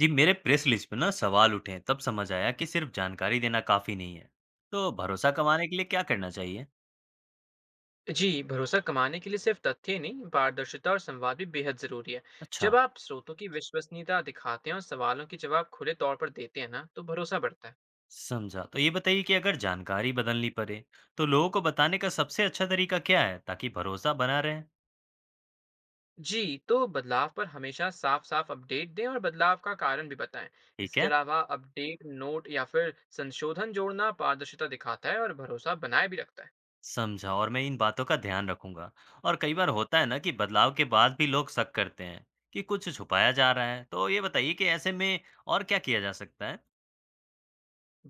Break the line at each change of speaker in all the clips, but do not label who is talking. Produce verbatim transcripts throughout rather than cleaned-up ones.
जी, मेरे press release पे ना सवाल उठे तब समझ आया कि सिर्फ जानकारी देना काफी नहीं है। तो भरोसा कमाने के लिए क्या करना चाहिए?
जी, भरोसा कमाने के लिए सिर्फ तथ्य ही नहीं, पारदर्शिता और संवाद भी बेहद जरूरी है।
अच्छा।
जब आप स्रोतों की विश्वसनीयता दिखाते हैं और सवालों के जवाब खुले तौर पर देते हैं ना, तो भरोसा बढ़ता है।
समझा, तो ये बताइए कि अगर जानकारी बदलनी पड़े तो लोगों को बताने का सबसे अच्छा तरीका क्या है ताकि भरोसा बना रहे?
जी, तो बदलाव पर हमेशा साफ साफ अपडेट दें और बदलाव का कारण भी बताएं।
ठीक
इसके
है।
अलावा अपडेट नोट या फिर संशोधन जोड़ना पारदर्शिता दिखाता है और भरोसा बनाए भी रखता है।
समझा, और मैं इन बातों का ध्यान रखूंगा। और कई बार होता है ना कि बदलाव के बाद भी लोग शक करते हैं कि कुछ छुपाया जा रहा है, तो ये बताइए कि ऐसे में और क्या किया जा सकता है?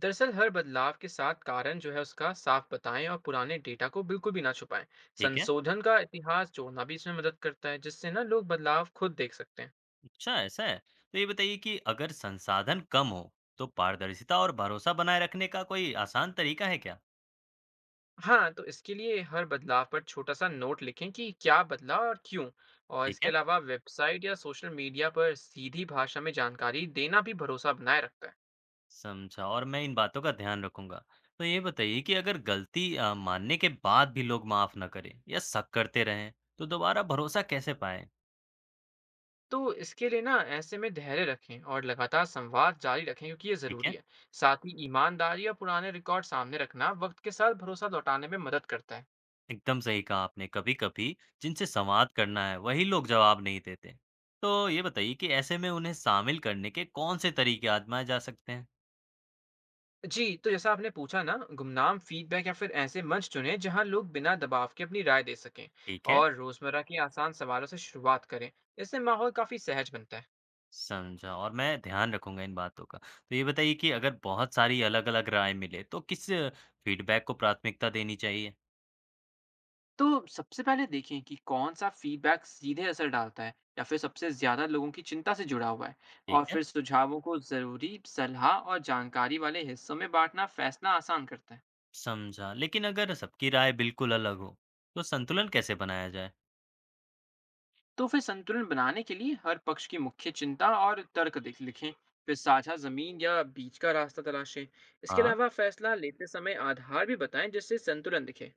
दरअसल हर बदलाव के साथ कारण जो है उसका साफ बताएं और पुराने डेटा को बिल्कुल भी ना छुपाएं।
ठीक है।
संशोधन का इतिहास जोड़ना भी इसमें मदद करता है, जिससे ना लोग बदलाव खुद देख सकते हैं।
अच्छा, ऐसा है। तो ये बताइए कि अगर संसाधन कम हो तो पारदर्शिता और भरोसा बनाए रखने का कोई आसान तरीका है क्या?
हाँ, तो इसके लिए हर बदलाव पर छोटा सा नोट लिखें कि क्या बदला और क्यों। और
ठीक
इसके
है।
अलावा वेबसाइट या सोशल मीडिया पर सीधी भाषा में जानकारी देना भी भरोसा बनाए रखता है।
समझा, और मैं इन बातों का ध्यान रखूंगा। तो ये बताइए कि अगर गलती अ, मानने के बाद भी लोग माफ ना करें या शक करते रहें तो दोबारा भरोसा कैसे पाएं?
तो इसके लिए ना, ऐसे में धैर्य रखें और लगातार संवाद जारी रखें, क्योंकि ये
ठीक
ज़रूरी
है।
है। साथ ही ईमानदारी और पुराने रिकॉर्ड सामने रखना वक्त के साथ भरोसा लौटाने में मदद करता है।
एकदम सही कहा आपने। कभी कभी जिनसे संवाद करना है वही लोग जवाब नहीं देते, तो ये बताइए कि ऐसे में उन्हें शामिल करने के कौन से तरीके आजमाए जा सकते हैं?
जी, तो जैसा आपने पूछा ना, गुमनाम फीडबैक या फिर ऐसे मंच चुनें जहां लोग बिना दबाव के अपनी राय दे सकें।
ठीक है।
और रोज़मर्रा के आसान सवालों से शुरुआत करें। इससे माहौल काफ़ी सहज बनता है।
समझा, और मैं ध्यान रखूँगा इन बातों का। तो ये बताइए कि अगर बहुत सारी अलग-अलग राय मिले तो किस फीडबैक को प्राथमिकता देनी चाहिए?
तो सबसे पहले देखें कि कौन सा फीडबैक सीधे असर डालता है या फिर सबसे ज़्यादा लोगों की चिंता से जुड़ा हुआ है।
ठीक
और
है।
फिर सुझावों को ज़रूरी सलाह और जानकारी वाले हिस्सों में बांटना फैसला आसान करता है।
समझा। लेकिन अगर सबकी राय बिल्कुल अलग हो, तो संतुलन कैसे बनाया जाए?
तो फिर संतुलन बनाने के लिए हर पक्ष की मुख्य चिंता और तर्क देख लिखें। फिर साझा ज़मीन या बीच का रास्ता तलाशें। इसके
हाँ,
अलावा फैसला लेते समय आधार भी बताएं, जिससे संतुलन दिखे।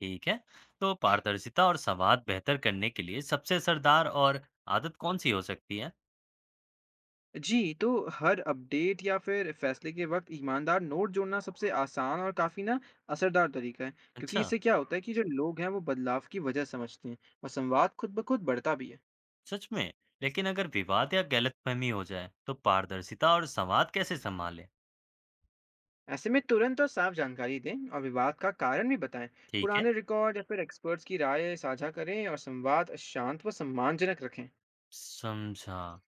ठीक है। तो पारदर्शिता और संवाद बेहतर करने के लिए सबसे असरदार और आदत कौन-सी हो सकती है?
जी, तो हर अपडेट या फिर फैसले के वक़्त ईमानदार नोट जोड़ना सबसे आसान और काफ़ी ना असरदार तरीका है, क्योंकि
अच्छा,
इससे क्या होता है कि जो लोग हैं वो बदलाव की वजह समझते हैं और संवाद खुद ब खुद बढ़ता भी है।
सच में? लेकिन अगर विवाद या गलतफ़हमी हो जाए, तो पारदर्शिता और संवाद कैसे सँभालें?
ऐसे में तुरंत और साफ जानकारी दें और विवाद का कारण भी बताएं।
ठीक है,
पुराने रिकॉर्ड या फिर एक्सपर्ट्स की राय साझा करें और संवाद शांत व सम्मानजनक रखें।
समझा।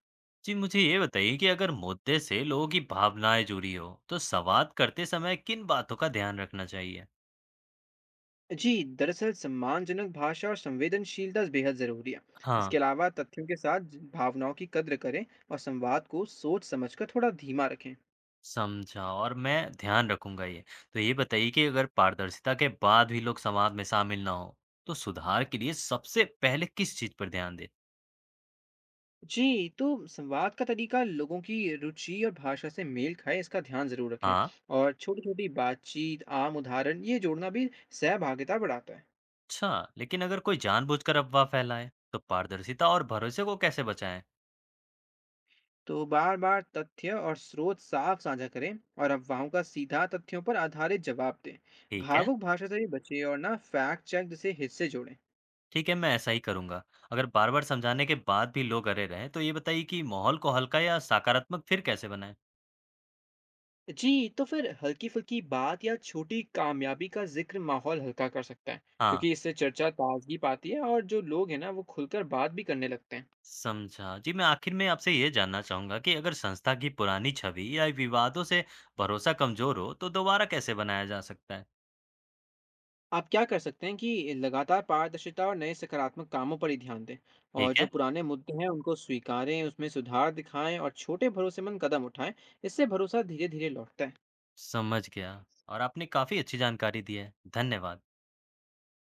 जी, मुझे ये बताइए कि अगर मुद्दे से लोगों की भावनाएं जुड़ी हो तो संवाद करते समय किन बातों का ध्यान रखना चाहिए?
जी, दरअसल सम्मानजनक भाषा और संवेदनशीलता बेहद ज़रूरी है। इसके
हाँ।
अलावा तथ्यों के साथ ज- भावनाओं की कद्र करें और संवाद को सोच समझकर थोड़ा धीमा रखें।
समझा, और मैं ध्यान रखूंगा ये। तो ये बताइए कि अगर पारदर्शिता के बाद भी लोग संवाद में शामिल ना हो तो सुधार के लिए सबसे पहले किस चीज पर ध्यान दे?
जी, तो संवाद का तरीका लोगों की रुचि और भाषा से मेल खाए, इसका ध्यान ज़रूर रखें।
हाँ।
और छोटी छोटी बातचीत, आम उदाहरण, ये जोड़ना भी सहभागिता बढ़ाता है।
अच्छा, लेकिन अगर कोई जानबूझकर अफवाह फैलाए तो पारदर्शिता और भरोसे को कैसे बचाएं?
तो बार बार तथ्य और स्रोत साफ साझा करें और अफवाहों का सीधा तथ्यों पर आधारित जवाब दें।
ठीक है।
भावुक भाषा से भी बचें और ना फैक्ट चेक जैसे हिस्से जोड़ें।
ठीक है, मैं ऐसा ही करूंगा। अगर बार बार समझाने के बाद भी लोग अरे रहे तो ये बताइए कि माहौल को हल्का या सकारात्मक फिर कैसे बनाएं?
जी, तो फिर हल्की-फुल्की बात या छोटी कामयाबी का ज़िक्र माहौल हल्का कर सकता है,
हाँ,
क्योंकि इससे चर्चा ताज़गी पाती है और जो लोग हैं ना, वो खुलकर बात भी करने लगते हैं।
समझा। जी, मैं आखिर में आपसे ये जानना चाहूँगा कि अगर संस्था की पुरानी छवि या विवादों से भरोसा कमज़ोर हो, तो दोबारा कैसे बनाया जा सकता है?
आप क्या कर सकते हैं कि लगातार पारदर्शिता और नए सकारात्मक कामों पर ही ध्यान दें। और
ठीक
जो
है,
पुराने मुद्दे हैं, उनको स्वीकारें, उसमें सुधार दिखाएं और छोटे भरोसेमंद कदम उठाएं। इससे भरोसा धीरे-धीरे लौटता है।
समझ गया। और आपने काफ़ी अच्छी जानकारी दी है। धन्यवाद।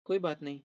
कोई बात नहीं।